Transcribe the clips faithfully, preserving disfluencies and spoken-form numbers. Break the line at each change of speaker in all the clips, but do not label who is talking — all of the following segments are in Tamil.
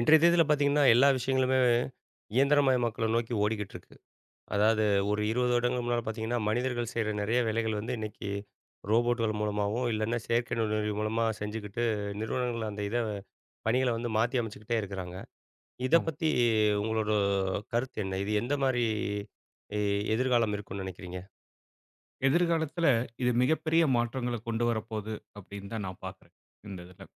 இன்றைய தேதியில பார்த்தீங்கன்னா, எல்லா விஷயங்களுமே இயந்திரமயமாக்கல நோக்கி ஓடிக்கிட்டு இருக்கு. அதாவது ஒரு இருபது வருடங்களுக்கு முன்னால பார்த்தீங்கன்னா, மனிதர்கள் செய்ற நெறைய வேலைகள் வந்து இன்னைக்கு ரோபோட்டுகள் மூலமாவும், இல்லன்னா செயற்கை நுண்ணறிவு மூலமா செஞ்சுக்கிட்டு, நிறுவனங்கள் அந்த இத பணிகள வந்து மாத்தி அமைச்சுக்கிட்டே இருக்கிறாங்க. இத
ஆமா.
பத்தி உங்களோட கருத்து என்ன? இது எந்த மாரி எ எதிர்காலம் இருக்கும்னு நெனைக்கிறீங்க?
எதிர்காலத்துல இது மிகப்பெரிய மாற்றங்கள கொண்டு வரப்போகுது அப்படின்னு தான் நான் பார்க்குறேன், இந்த இதுல.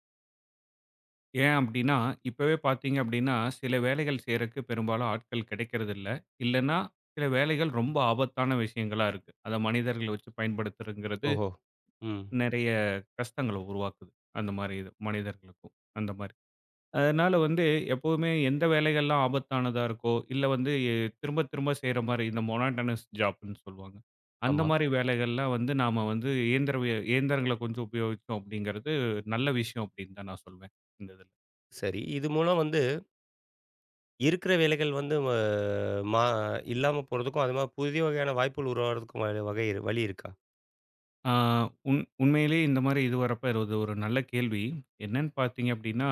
ஏன் அப்படின்னா, இப்பவே பார்த்தீங்க அப்படின்னா, சில வேலைகள் செய்றக்கு பெரும்பாலும் ஆட்கள் கிடைக்கிறதில்ல. இல்லன்னா, சில வேலைகள் ரொம்ப ஆபத்தான விஷயங்களா இருக்கு. அத மனிதர்கள வச்சு பயன்படுத்துறதுங்கிறது
ஓஹோ! ம்.
நெறைய கஷ்டங்கள உருவாக்குது. அந்த மாரி இது மனிதர்களுக்கும், அந்த மாரி. அதனால வந்து எப்பவுமே எந்த வேலைகள்லாம் ஆபத்தானதா இருக்கோ, இல்ல வந்து எ- திரும்ப திரும்ப செய்ற மாரி இந்த மோனோட்டோனஸ் ஜாப்ன்னு சொல்லுவாங்க. அந்த
ஆமா.
மாரி வேலைகள்லாம் வந்து நாம வந்து இயந்திர வே இயந்திரங்கள கொஞ்சம் உபயோகிச்சோம் அப்படிங்கிறது நல்ல விஷயம் அப்படின்னு தான் நான் சொல்வேன். இந்த இதுல.
சரி. இது மூலம் வந்து இருக்கிற வேலைகள் வந்து ம மா இல்லாம போறதுக்கும், அது மாரி புதிய வகையான வாய்ப்புகள் உருவாகுறதுக்கும் வ வகை இரு- வழி இருக்கா?
ஆ உண் உண்மையிலேயே இந்த மாரி இது வரப்ப இது ஒரு ஒரு நல்ல கேள்வி. என்னன்னு பார்த்தீங்க அப்படின்னா,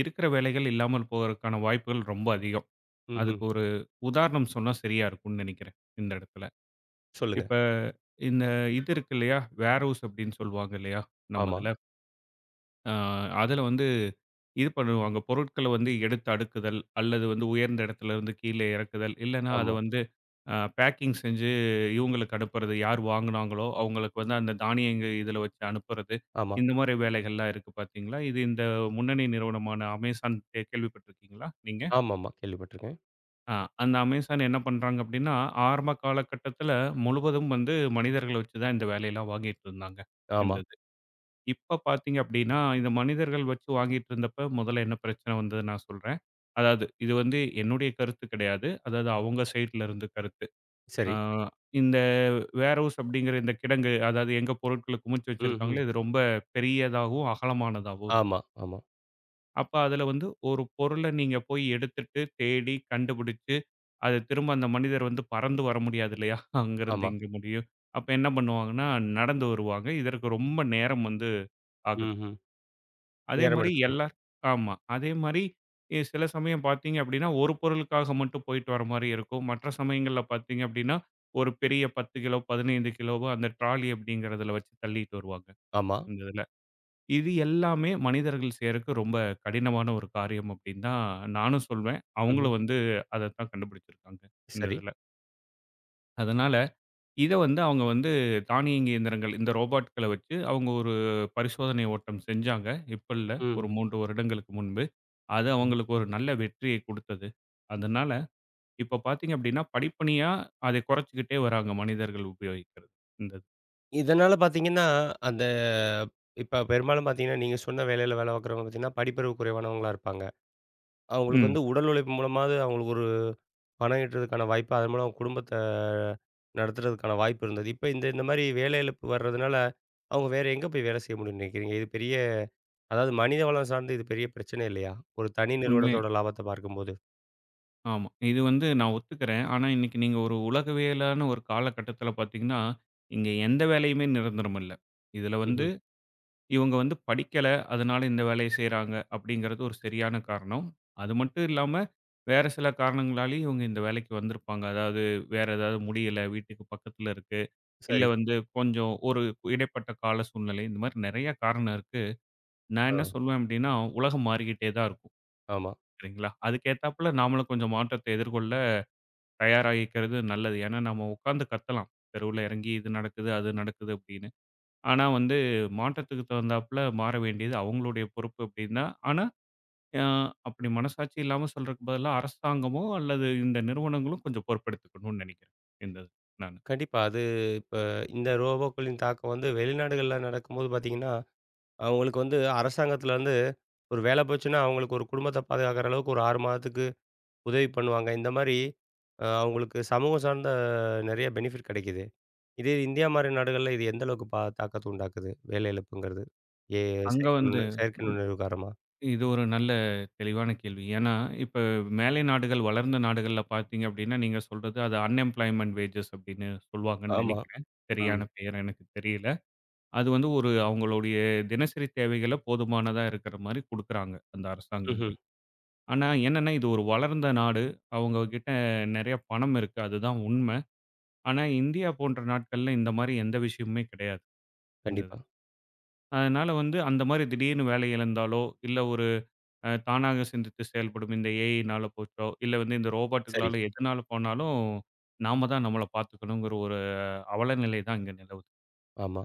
இருக்கிற வேலைகள் இல்லாமல் போவதற்கான வாய்ப்புகள் ரொம்ப அதிகம்.
ம்ஹ்ம்.
அதுக்கு ஒரு உதாரணம் சொன்னா சரியா இருக்கும்னு நெனைக்கிறேன் இந்த இடத்துல.
சொல்லுங்க.
இப்ப இந்த இது இருக்கு இல்லையா? வேர்ஹவுஸ் அப்படின்னு சொல்லுவாங்க இல்லையா? நம்ம
ஆமா,
இதுல. அ அதுல வந்து இது பண்ணுவாங்க. பொருட்கள வந்து எடுத்து அடுக்குதல், அல்லது வந்து உயர்ந்த இடத்துல இருந்து கீழே இறக்குதல், இல்லன்னா அத
ஆமா,
வந்து அ பேக்கிங் செஞ்சு இவங்களுக்கு அனுப்புறது. யார் வாங்குனாங்களோ, அவங்களுக்கு வந்து அந்த தானியங்க இதுல வச்சு அனுப்புறது.
ஆமா,
இந்த மாரி வேலைகள்லாம் இருக்கு பார்த்தீங்களா? இது இந்த முன்னணி நிறுவனமான Amazon கே கேள்விப்பட்டிருக்கீங்களா நீங்க?
ஆமாமா. கேள்விப்பட்டுருக்கேன்.
ஆ அந்த அமேசான் என்ன பண்றாங்க அப்படின்னா, ஆரம்ப காலகட்டத்தில முழுவதும் வந்து மனிதர்கள வச்சு தான் இந்த வேலையெல்லாம் வாங்கிட்டு இருந்தாங்க, இந்த
ஆமா.
இது. இப்ப பார்த்தீங்க அப்படின்னா, இந்த மனிதர்கள் வச்சு வாங்கிட்டு இருந்தப்ப முதல்ல என்ன பிரச்சனை வந்தது நான் சொல்றேன். அதாவது இது வந்து என்னுடைய கருத்து கிடையாது. அதாவது அவங்க சைட்ல இருந்து கருத்து. ஆ
சரி.
இந்த வேர்ஹவுஸ் அப்படிங்கிற இந்த கிடங்கு, அதாவது எங்க பொருட்கள குமிச்சு
ம்ஹ்ம்.
வச்சிருக்காங்களோ, இது ரொம்ப பெரியதாகவும், அகலமானதாகவும் இருக்கும்.
ஆமா, ஆமா,
அப்ப அதில வந்து ஒரு பொருள நீங்க போய் எடுத்துட்டு, தேடி, கண்டுபிடிச்சு அது திரும்ப அந்த மனிதர் வந்து பறந்து வர முடியாது இல்லையா? அங்கருந்து
ஆமா.
இங்க முடியும். அப்ப என்ன பண்ணுவாங்கன்னா, நடந்து வருவாங்க. இதற்கு ரொம்ப நேரம் வந்து ஆகுது.
ம்ஹ்ம். நேரம்
அதேமாரி
எடுத்துக்கணும்.
எல்லார் ஆமா. அதேமாரி எ சில சமயம் பார்த்தீங்க அப்பிடின்னா, ஒரு பொருளுக்காக மட்டும் போயிட்டு வரமாரி இருக்கும். மற்ற சமயங்கள்ல பார்த்தீங்க அப்பிடின்னா, ஒரு பெரிய பத்து கிலோ, பதினைந்து கிலோவோ அந்த ட்ராலி அப்பிடிங்கிறதுல வச்சு தள்ளிட்டு வருவாங்க,
ஆமா.
இந்த இதுல. இது எல்லாமே மனிதர்கள் செய்றக்கு ரொம்ப கடினமான ஒரு காரியம் அப்பிடின்னு தான் நானும் சொல்வேன்.
ம்ஹ்ம்.
அவுங்களும் வந்து அதத்தான் கண்டுபிடிச்சிருக்காங்க, இந்த
சரி.
இதுல. அதனால இத வந்து அவங்க வந்து தானியங்கி இயந்திரங்கள், இந்த ரோபோட்கள வச்சு அவங்க ஒரு பரிசோதனை ஓட்டம் செஞ்சாங்க. இப்ப இல்ல.
ம்.
ஒரு மூன்று வருடங்களுக்கு முன்பு. அது
ம்.
அவங்களுக்கு ஒரு நல்ல வெற்றியை குடுத்தது. அதனால, இப்ப பார்த்தீங்க அப்டின்னா, படிப்படியா அதை குறைச்சுக்கிட்டே வராங்க மனிதர்கள் உபயோகிக்கிறது. இந்த இது.
இதனால பார்த்தீங்கன்னா, அந்த இப்ப பெரும்பாலும் பார்த்தீங்கன்னா, நீங்க சொன்ன வேலையில வேலை பார்க்குறவங்க பார்த்தீங்கன்னா, படிப்பறிவு குறைவானவங்களா இருப்பாங்க. அவங்களுக்கு
ம்.
வந்து உடல் உழைப்பு மூலமாவது அவங்களுக்கு ஒரு பணம் ஈட்டுறதுக்கான வாய்ப்பு, அதன் மூலம் அவங்க குடும்பத்த நடத்துறதுக்கான வாய்ப்பு இருந்தது. இப்ப இந்த இந்த மாரி வேலை இழப்பு வர்றதுனால, அவங்க வேற எங்க போய் வேலை செய்ய முடியும்ன்னு நினைக்கிறீங்க? இது பெரிய அதாவது மனித வளம் சார்ந்து இது பெரிய பிரச்சனை இல்லையா? ஒரு தனி
உண்மை.
நிறுவனத்தோட லாபத்த பார்க்கும்போது.
ஆமா. இது வந்து நான் ஒத்துக்கிறேன். ஆனா, இன்னைக்கு நீங்க ஒரு உலகவியலான ஒரு காலகட்டத்தில பார்த்தீங்கன்னா, இங்க எந்த வேலையுமே நிரந்தரம் இல்ல. இதுல வந்து
ம்ஹ்ம்.
இவங்க வந்து படிக்கல, அதனால இந்த வேலைய செய்றாங்க அப்படிங்கிறது ஒரு சரியான காரணம். அது மட்டும் இல்லாம, வேற சில காரணங்களாலயும் இவங்க இந்த வேலைக்கு வந்திருப்பாங்க. அதாவது வேற ஏதாவது முடியல, வீட்டுக்கு பக்கத்துல இருக்கு. இல்ல
சரி.
வந்து கொஞ்சம் ஒரு இடைப்பட்ட கால சூழ்நிலை. இந்த மாரி நெறைய காரணம் இருக்கு. நான்
ஆ.
என்ன சொல்வேன் அப்படின்னா, உலகம் மாறிக்கிட்டே தான் இருக்கும்.
ஆமா.
சரிங்களா? அதுக்கேத்தாப்புல நாமளும் கொஞ்சம் மாற்றத்தை எதிர்கொள்ள தயாராகிக்கிறது நல்லது. ஏன்னா, நம்ம உட்கார்ந்து கத்தலாம். தெருவுல இறங்கி இது நடக்குது, அது நடக்குது அப்படின்னு. ஆனா வந்து மாற்றத்துக்கு தகுந்தாப்புல மாற வேண்டியது அவங்களுடைய பொறுப்பு அப்படின்னா, ஆனா அ அப்படி மனசாட்சி இல்லாம சொல்றதுக்கு பதிலா அரசாங்கமோ அல்லது இந்த நிறுவனங்களும் கொஞ்சம் பொறுப்பெடுத்துக்கணும்னு நினைக்கிறேன். இந்த இது நானு.
கண்டிப்பா. அது இப்ப இந்த ரோபோக்களின் தாக்கம் வந்து வெளிநாடுகள்ல நடக்கும்போது பார்த்தீங்கன்னா, அவங்களுக்கு வந்து அரசாங்கத்திலருந்து ஒரு வேலை போச்சுன்னா, அவங்களுக்கு ஒரு குடும்பத்த பாதுகாக்கிற அளவுக்கு ஒரு ஆறு மாதத்துக்கு உதவி பண்ணுவாங்க. இந்த மாரி அ அவங்களுக்கு சமூகம் சார்ந்த நெறைய பெனிஃபிட் கிடைக்குது. இதே இது இந்தியா மாரி நாடுகள்ல இது எந்த அளவுக்கு பா தாக்கத்த உண்டாக்குது? வேலை இழப்புங்கிறது. ஏ
அங்க
செயற்கை
வந்து
நுண்ண செயற்கை
ம்
நுண்ணறிவு காரணமா?
இது ஒரு நல்ல தெளிவான கேள்வி. ஏன்னா, இப்ப மேலை நாடுகள், வளர்ந்த நாடுகள்ல பார்த்தீங்க அப்படின்னா, நீங்க சொல்றது அது அன்எம்ப்ளாய்மென்ட் வேஜஸ் அப்படின்னு சொல்வாங்கன்னு
ஆமா.
நினைக்கிறேன்.
ம்.
சரியான பெயர் எனக்கு தெரியல. அது வந்து ஒரு அவங்களுடைய தினசரி தேவைகள போதுமானதா இருக்கிற மாரி குடுக்குறாங்க, அந்த
ம்ஹ்ம்.
அரசாங்கங்கள். ஆனா, என்னன்னா இது ஒரு வளர்ந்த நாடு. அவங்க கிட்ட நெறைய பணம் இருக்கு. அதுதான் உண்மை. ஆனா, இந்தியா போன்ற நாட்கள்ல இந்த மாரி எந்த விஷயமுமே கிடையாது. இந்த இதுல.
கண்டிப்பா.
அதனால வந்து அந்த மாரி திடீர்னு வேலை இழந்தாலோ, இல்ல ஒரு அ தானாக சிந்தித்து செயல்படும் இந்த ஏஐனால போச்சோ, இல்ல வந்து இந்த
சரி.
ரோபோட்டுகளால எதுனால போனாலும், நாம தான் நம்மள பார்த்துக்கணுங்கிற ஒரு அவல நிலை தான் இங்க நிலவுது.
ஆமா.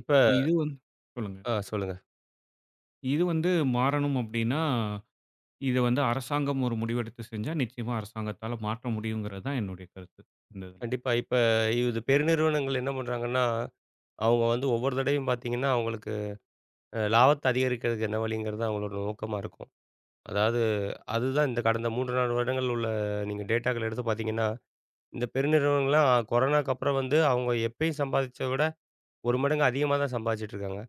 இப்ப
இது வந்து சொல்லுங்க.
ஆ சொல்லுங்க.
இது வந்து மாறணும் அப்டின்னா, இத வந்து அரசாங்கம் ஒரு முடிவெடுத்து செஞ்சா நிச்சயமா அரசாங்கத்தால மாற்ற முடியுங்கிறது தான் என்னுடைய கருத்து. இந்த இதுல.
கண்டிப்பா. இப்ப இது பெருநிறுவனங்கள் என்ன பண்றாங்கன்னா, அவங்க வந்து ஒவ்வொரு தடவையும் பார்த்தீங்கன்னா, அவங்களுக்கு அ லாபத்த அதிகரிக்கிறதுக்கு என்ன வழிங்கிறது அவங்களோட நோக்கமா இருக்கும். அதாவது அதுதான் இந்த கடந்த மூன்று, நான்கு வருடங்கள் உள்ள நீங்க டேட்டாக்கள் எடுத்து பார்த்தீங்கன்னா இந்த பெருநிறுவனங்கள்லாம் கொரோனாக்கு அப்புறம் வந்து அவங்க எப்பயும் சம்பாதிச்சத விட ஒரு மடங்கு அதிகமா தான் சம்பாதிச்சுட்டு இருக்காங்க.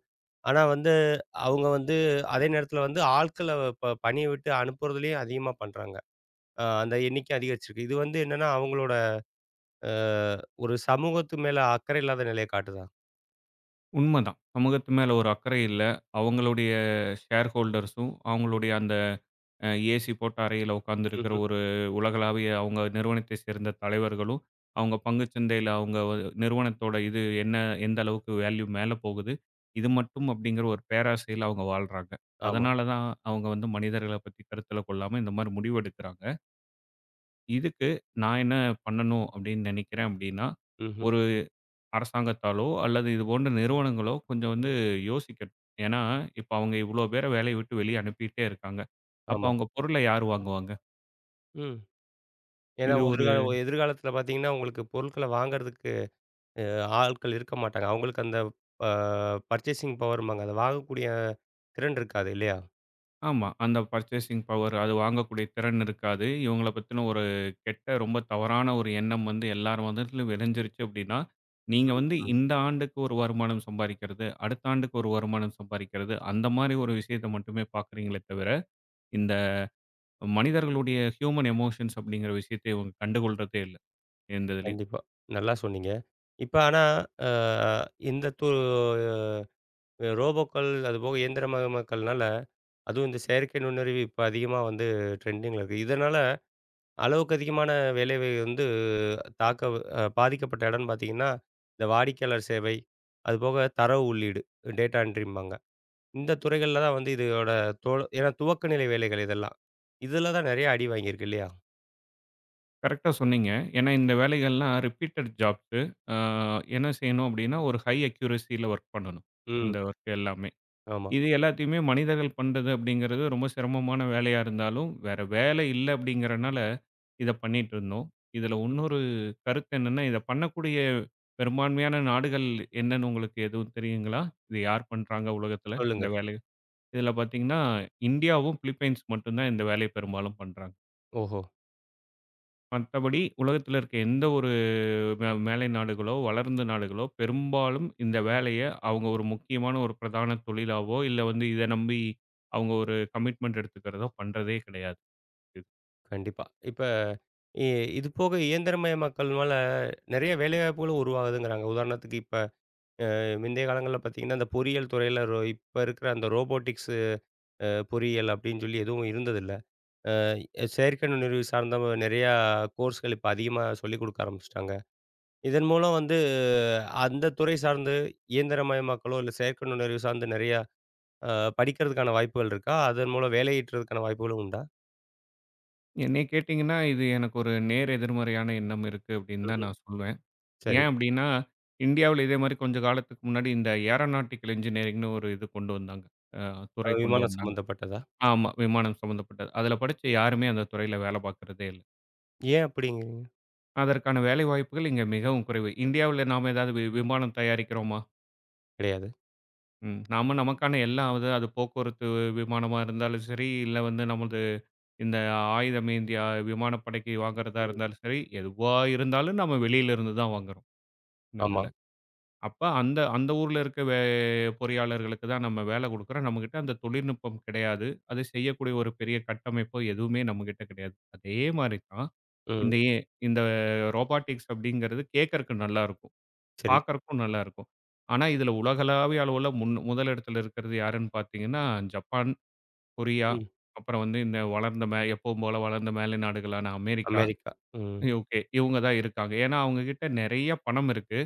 ஆனா வந்து அவங்க வந்து அதே நேரத்தில வந்து ஆட்கள ப பணிய விட்டு அனுப்புறதுலயும் அதிகமா பண்றாங்க. அ அந்த எண்ணிக்கை அதிகரிச்சிருக்கு. இது வந்து என்னன்னா அவங்களோட அ ஒரு சமூகத்து மேல அக்கறை இல்லாத நிலைய காட்டுதா?
உண்மதான். சமூகத்து மேல ஒரு அக்கறை இல்ல. அவங்களுடைய ஷேர் ஹோல்டர்ஸும், அவங்களுடைய அந்த அ ஏசி போட்ட அறையில உட்கார்ந்திருக்கிற
ம்ஹ்ம்.
ஒரு உலகளாவிய அவங்க நிறுவனத்தை சேர்ந்த தலைவர்களும், அவங்க பங்குச் சந்தையில அவங்க வ நிறுவனத்தோட இது என்ன எந்த அளவுக்கு வேல்யூ மேல போகுது, இது மட்டும் அப்படிங்கிற ஒரு பேராசையில அவங்க வாழ்றாங்க.
ஆமா.
அதனால தான் அவங்க வந்து மனிதர்கள பத்தி கருத்தில கொள்ளாம இந்த மாரி முடிவு எடுக்கிறாங்க. இதுக்கு நான் என்ன பண்ணணும் அப்படின்னு நினைக்கிறேன் அப்படின்னா,
ம்ஹ்ம்.
அரசாங்கத்தாலோ, அல்லது இது போன்ற நிறுவனங்களோ கொஞ்சம் வந்து யோசிக்கணும். ஏன்னா, இப்ப அவங்க இவ்ளோ பேர வேலைய விட்டு வெளிய அனுப்பிட்டே இருக்காங்க. அப்ப
ஆமா.
அவங்க பொருள யார் வாங்குவாங்க?
ம். ஏன்னா
இது ஒரு
எதிர்கால எதிர்காலத்தில பார்த்தீங்கன்னா, உங்களுக்கு பொருட்கள வாங்குறதுக்கு அ ஆட்கள் இருக்க மாட்டாங்க. அவங்களுக்கு அந்த ப பர்ச்சேசிங் பவர்ம்பாங்க. அத வாங்கக்கூடிய திறன் இருக்காது இல்லையா?
ஆமா. அந்த பர்ச்சேசிங் பவர் அது வாங்கக்கூடிய திறன் இருக்காது. இவங்கள பத்தின ஒரு கெட்ட ரொம்ப தவறான ஒரு எண்ணம் வந்து எல்லார் மனதிலும் விதைஞ்சிருச்சு அப்டின்னா, நீங்க வந்து இந்த ஆண்டுக்கு ஒரு வருமானம் சம்பாரிக்கிறது, அடுத்த ஆண்டுக்கு ஒரு வருமானம் சம்பாரிக்கிறது, அந்த மாரி ஒரு விஷயத்த மட்டுமே பார்க்குறீங்களே தவிர, இந்த மனிதர்களுடைய ஹியூமன் எமோஷன்ஸ் அப்டிங்கிற விஷயத்த இவங்க கண்டுகொள்றதே இல்ல. எந்த இதுலயும்.
கண்டிப்பா. நல்லா சொன்னீங்க. இப்ப ஆனா, அ இந்த து ரோபோக்கள், அதுபோக இயந்திரமயமாக்கல்னால, அதுவும் இந்த செயற்கை நுண்ணறிவு இப்ப அதிகமா வந்து ட்ரெண்டிங்ல இருக்கு. இதனால அளவுக்கு அதிகமான வேலைவை வந்து தாக்க அ பாதிக்கப்பட்ட இடம்னு பார்த்தீங்கன்னா, இந்த வாடிக்கையாளர் சேவை, அதுபோக தரவு உள்ளீடு, டேட்டா என்ட்ரிம்பாங்க. இந்த துறைகள்ல தான் வந்து இதோட தொ ஏன்னா துவக்க நிலை வேலைகள் இதெல்லாம். இதுல தான் நெறைய அடி வாங்கியிருக்கு இல்லையா?
கரெக்ட்டா சொன்னீங்க. ஏன்னா இந்த வேலைகள்லாம் ரிப்பீட்டட் ஜாப்ஸு. ஆ என்ன செய்யணும் அப்படின்னா, ஒரு ஹை அக்யூரசில வொர்க் பண்ணணும்.
ம்.
இந்த வொர்க் எல்லாமே.
ஆமா.
இது எல்லாத்தையுமே மனிதர்கள் பண்றது அப்படிங்கிறது ரொம்ப சிரமமான வேலையா இருந்தாலும், வேற வேலை இல்ல அப்படிங்கிறனால இத பண்ணிட்டு இருந்தோம். இதுல
ம்ஹ்ம்.
இன்னொரு கருத்து என்னன்னா, இத பண்ணக்கூடிய பெரும்பான்மையான நாடுகள் என்னன்னு உங்களுக்கு எதுவும் தெரியுங்களா? இது யார் பண்றாங்க உலகத்துல
சொல்லுங்க.
இந்த வேலைய? இதுல பார்த்தீங்கன்னா, இந்தியாவும், பிலிப்பைன்ஸ் மட்டும் தான் இந்த வேலைய பெரும்பாலும் பண்றாங்க.
ஓஹோ!
மத்தபடி உலகத்துல இருக்க எந்த ஒரு மே மேலை நாடுகளோ, வளர்ந்த நாடுகளோ பெரும்பாலும் இந்த வேலைய அவங்க ஒரு முக்கியமான ஒரு பிரதான தொழிலாவோ, இல்ல வந்து இத நம்பி அவங்க ஒரு கமிட்மெண்ட் எடுத்துக்கிறதோ பண்றதே கிடையாது.
கண்டிப்பா. இப்ப இ இது போக இயந்திரமயமாக்கல்னால நெறைய வேலைவாய்ப்புகளும் உருவாகுதுங்கிறாங்க. உதாரணத்துக்கு இப்ப முந்தைய காலங்கள்ல பார்த்தீங்கன்னா, அந்த பொறியியல் துறையில ரோ இப்ப இருக்கிற அந்த ரோபோட்டிக்ஸு அ பொறியியல் அப்படின்னு சொல்லி எதுவும் இருந்ததில்ல. அ செயற்கை நுண்ணறிவு சார்ந்த நெறையா கோர்ஸ்கள் இப்ப அதிகமா சொல்லிக் குடுக்க ஆரம்பிச்சுட்டாங்க. இதன் மூலம் வந்து அந்த துறை சார்ந்து இயந்திரமயமாக்கலோ, இல்ல செயற்கை நுண்ணறிவு சார்ந்து நெறையா அ படிக்கிறதுக்கான வாய்ப்புகள் இருக்கா? அதன் மூலம் வேலை ஈட்டுறதுக்கான வாய்ப்புகளும் உண்டா?
என்னைய கேட்டீங்கன்னா, இது எனக்கு ஒரு நேர் எதிர்மறையான எண்ணம் இருக்கு அப்படின்னு தான்
ம்ஹ்ம்.
நான் சொல்வேன்.
சரி.
ஏன் அப்படின்னா, இந்தியாவுல இதே மாரி கொஞ்ச காலத்துக்கு முன்னாடி இந்த ஏரோநாட்டிக்கல் இன்ஜினியரிங்ன்னு ஒரு இது கொண்டு வந்தாங்க. அ
அ
துறை கொண்டு
விமானம்
வந்தாங்க.
சம்மந்தப்பட்டதா?
ஆமா, விமானம் சம்மந்தப்பட்டது. அதுல படிச்ச யாருமே அந்த துறையில வேலை பார்க்கிறதே இல்ல.
ஏன் அப்படிங்கிறீங்க?
அதற்கான வேலைவாய்ப்புகள் இங்க மிகவும் குறைவு. இந்தியாவுல நாம ஏதாவது வி விமானம் தயாரிக்கிறோமா?
கிடையாது.
ம். நாம நமக்கான எல்லா அது அது போக்குவரத்து விமானமா இருந்தாலும் சரி, இல்ல வந்து நமது இந்த ஆயுதம் ஏந்திய விமானப்படைக்கு வாங்குறதா
ம்.
இருந்தாலும் சரி, எதுவா இருந்தாலும் நம்ம வெளியில இருந்து தான் வாங்குறோம். இந்த
ஆமா.
இதுல. அப்ப அந்த அந்த ஊர்ல இருக்க வே பொறியாளர்களுக்கு தான் நம்ம வேலை குடுக்குறோம். நம்மகிட்ட அந்த தொழில்நுட்பம் கிடையாது. அது செய்யக்கூடிய ஒரு பெரிய கட்டமைப்போ எதுவுமே நம்மகிட்ட கிடையாது. அதே மாரி தான்
ம்.
இந்த ஏ இந்த ரோபாட்டிக்ஸ் அப்படிங்கிறது கேட்கறக்கு நல்லாருக்கும்.
சரி.
பார்க்கறக்கும் நல்லாருக்கும். ஆனா, இதுல உலகளாவிய அளவுல முன் முதலிடத்துல இருக்கிறது யாருன்னு பார்த்தீங்கன்னா, ஜப்பான், கொரியா,
ம்.
அப்புறம் வந்து இந்த வளர்ந்த மே எப்பவும் போல வளர்ந்த மேலை நாடுகளான அமெரிக்கா,
அமெரிக்கா. ம்.
யுகே இவங்க தான் இருக்காங்க. ஏன்னா, அவங்க கிட்ட நெறைய பணம் இருக்கு.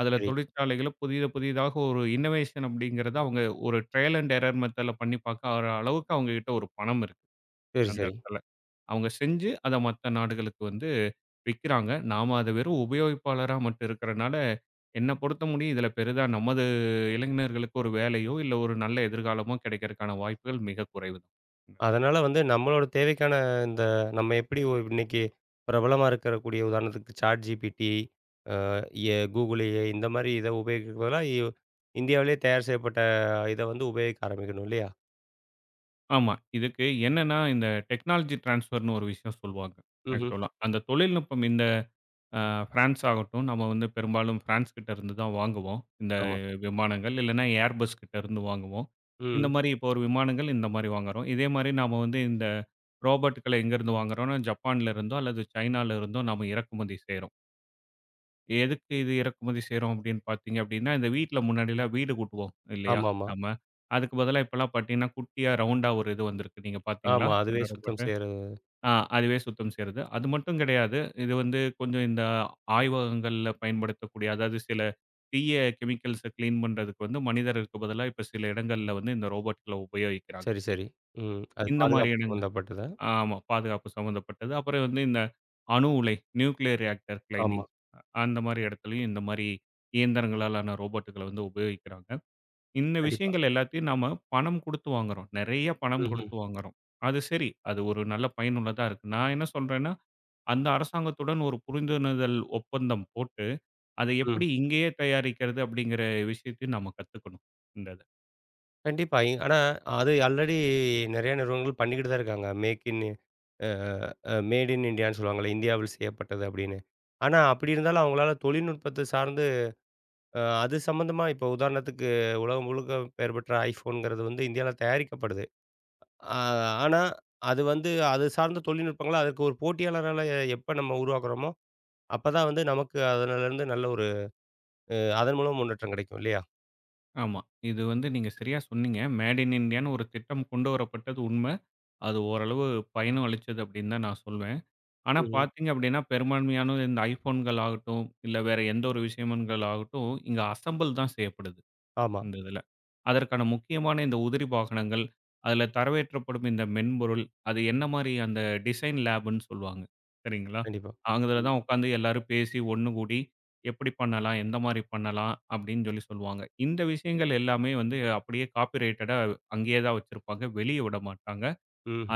அதுல
சரி.
தொழிற்சாலைகள புதிய புதிதாக ஒரு இன்னோவேஷன் அப்படிங்கிறத அவங்க ஒரு ட்ரையல் அண்ட் எரர் மெத்தட்ல பண்ணி பார்க்க அளவுக்கு அவங்க கிட்ட ஒரு பணம் இருக்கு
சரி,
அந்த
சரி.
இடத்துல. அவங்க செஞ்சு அதை மற்ற நாடுகளுக்கு வந்து விற்கிறாங்க. நாம அதை வெறும் உபயோகிப்பாளரா மட்டும் இருக்கிறனால, என்ன பொறுத்த முடியும் இதில பெரிதா நமது இளைஞர்களுக்கு ஒரு வேலையோ, இல்ல ஒரு நல்ல எதிர்காலமோ கிடைக்கிறதுக்கான வாய்ப்புகள் மிக குறைவு தான்.
அதனால வந்து நம்மளோட தேவைக்கான இந்த நம்ம எப்படி ஒ இன்னைக்கு பிரபலமா இருக்கக்கூடிய உதாரணத்துக்கு ChatGPT, அ எ Google ஏ ஐ இந்த மாரி இத உபயோகிக்கிறதுக்கு பதிலா இ இந்தியாவிலேயே தயார் செய்யப்பட்ட இத வந்து உபயோகிக்க ஆரம்பிக்கணும் இல்லையா?
ஆமா. இதுக்கு என்னன்னா இந்த டெக்னாலஜி டிரான்ஸ்ஃபர்ன்னு ஒரு விஷயம் சொல்லுவாங்க
ம்ஹ்ம்.
ஆக்சுவலா. அந்த தொழில்நுட்பம் இந்த அஹ் ஃப்ரான்ஸ் ஆகட்டும், நம்ம வந்து பெரும்பாலும் ஃப்ரான்ஸ் கிட்ட இருந்து தான் வாங்குவோம். இந்த
ஆமா.
விமானங்கள் இல்லைன்னா ஏர்பஸ் கிட்ட இருந்து வாங்குவோம். இந்த
ம்.
மாரி இப்போ ஒரு விமானங்கள் இந்த மாரி வாங்குறோம். இதே மாரி நாம வந்து இந்த ரோபோட்கள எங்கேருந்து வாங்குறோம்னா, ஜப்பான்ல இருந்தோ அல்லது சைனால இருந்தோ நாம இறக்குமதி செய்றோம். எதுக்கு இது இறக்குமதி செய்றோம் அப்படின்னு பார்த்தீங்க அப்படின்னா, இந்த வீட்ல முன்னாடிலாம் வீடு கூட்டுவோம் இல்லையா?
ஆமாமா.
நம்ம அதுக்கு பதிலா இப்போலாம் பார்த்தீங்கன்னா, குட்டியா ரவுண்டா ஒரு இது வந்திருக்கு. நீங்க பார்த்தீங்களா?
ஆமா. அதுவே
இந்த
சுத்தம்
ரோபோட்?
செய்றது.
ஆ அதுவே சுத்தம் செய்றது. அது மட்டும் கிடையாது. இது வந்து கொஞ்சம் இந்த ஆய்வகங்கள்ல பயன்படுத்தக்கூடிய அதாவது சில தீய கெமிக்கல்ஸ கிளீன் பண்றதுக்கு வந்து மனிதருக்கு பதிலா இப்ப சில இடங்கள்ல வந்து இந்த ரோபோட்கள உபயோகிக்கிறாங்க.
சரி, சரி. ம். அது
இந்த மாரி
பாதுகாப்பு
இடங்க
சம்மந்தப்பட்டதா?
ஆமா பாதுகாப்பு சம்மந்தப்பட்டது. அப்புறம் வந்து இந்த அணு உலை நியூக்ளியர் ரியாக்டர்
ஆமா.
கிளைனிங் அந்த மாரி இடத்துலயும் இந்த மாரி இயந்திரங்களாலான ரோபோட்டுகள வந்து உபயோகிக்கிறாங்க. இந்த
கண்டிப்பா.
விஷயங்கள் எல்லாத்தையும் நாம பணம் குடுத்து வாங்குறோம். நெறைய பணம்
ம்ஹ்ம்.
குடுத்து வாங்குறோம். அது சரி. அது ஒரு நல்ல பயனுள்ளதா இருக்கு. நான் என்ன சொல்றேன்னா அந்த அரசாங்கத்துடன் ஒரு புரிந்துணர்தல் ஒப்பந்தம் போட்டு, அத
ம்.
எப்படி இங்கேயே தயாரிக்கிறது அப்படிங்கிற விஷயத்தையும் நாம கத்துக்கணும். இந்த இத.
கண்டிப்பா. இ ஆனா அது ஆல்ரெடி நெறைய நிறுவனங்கள் பண்ணிக்கிட்டு தான் இருக்காங்க. Make in a a made in இண்டியான்னு சொல்லுவாங்கல்ல. இந்தியாவில் செய்யப்பட்டது அப்படின்னு. ஆனா அப்படி இருந்தாலும் அவங்களால தொழில்நுட்பத்த சார்ந்து அ அது சம்மந்தமா இப்போ உதாரணத்துக்கு உலகம் முழுக்க பெயர் பெற்ற iPhoneங்கிறது வந்து இந்தியால தயாரிக்கப்படுது. ஆ ஆனா அது வந்து அது சார்ந்த தொழில்நுட்பங்கள அதுக்கு ஒரு போட்டியாளரால எப்ப நம்ம உருவாக்குறோமோ, அப்பதான் வந்து நமக்கு அதுலருந்து நல்ல ஒரு அ அதன் மூலம் முன்னேற்றம் கிடைக்கும் இல்லையா?
ஆமா. இது வந்து நீங்க சரியா சொன்னீங்க. மேட் இன் இண்டியான்னு ஒரு திட்டம் கொண்டு வரப்பட்டது உண்ம. அது ஓரளவு பயனும் அளிச்சது அப்படின்னு தான் நான் சொல்வேன். ஆனா
ம்ஹ்ம்.
பார்த்தீங்க அப்படின்னா, பெரும்பான்மையான இந்த iPhoneகள் ஆகட்டும், இல்ல வேற எந்த ஒரு விஷயங்கள் ஆகட்டும், இங்க அசெம்பிள் தான் செய்யப்படுது.
ஆமா.
இந்த இதில. அதற்கான முக்கியமான இந்த உதிரி வாகனங்கள், அதில தரவேற்றப்படும் இந்த மென்பொருள், அது என்ன மாரி அந்த டிசைன் லேப்ன்னு சொல்லுவாங்க. சரிங்களா?
கண்டிப்பா.
அங்கதுல
ம்.
தான் உட்காந்து எல்லாரும் பேசி ஒண்ணு கூடி, எப்படி பண்ணலாம்? எந்த மாரி பண்ணலாம்? அப்படின்னு சொல்லி சொல்லுவாங்க. இந்த விஷயங்கள் எல்லாமே வந்து அப்படியே காப்பி ரைட்டடா அங்கேயே தான் வச்சிருப்பாங்க. வெளிய விட மாட்டாங்க.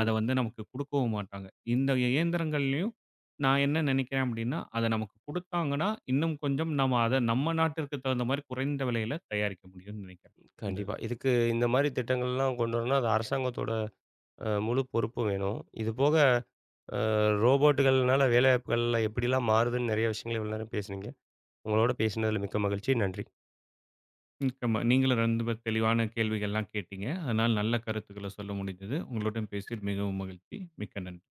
அத வந்து நமக்கு குடுக்கவும் மாட்டாங்க. இந்த இயந்திரங்கள்லயும் நான் என்ன நினைக்கிறேன் அப்படின்னா, அத நமக்கு குடுத்தாங்கன்னா, இன்னும் கொஞ்சம் நம்ம அத நம்ம நாட்டிற்கு தகுந்த மாரி குறைந்த விலையில தயாரிக்க முடியும்னு நினைக்கிறேன். இந்த இது.
கண்டிப்பா. இதுக்கு இந்த மாரி திட்டங்கள்லாம் கொண்டு வரணும்னா, அது அரசாங்கத்தோட அ முழு பொறுப்பும் வேணும். இது போக அ ரோபோட்டுகள்னால வேலைவாய்ப்புகள்ல எப்படிலாம் மாறுதுன்னு நெறைய விஷயங்கள் இவ்வளோ நேரம் பேசுனீங்க. உங்களோட பேசினதில மிக்க மகிழ்ச்சி. நன்றி.
மிக்க ம நீங்களும் ரெண்டு பேர் தெளிவான கேள்விகள்லாம் கேட்டீங்க. அதனால நல்ல கருத்துக்கள சொல்ல முடிஞ்சது. உங்களுடன் பேசியது மிகவும் மகிழ்ச்சி. மிக்க நன்றி.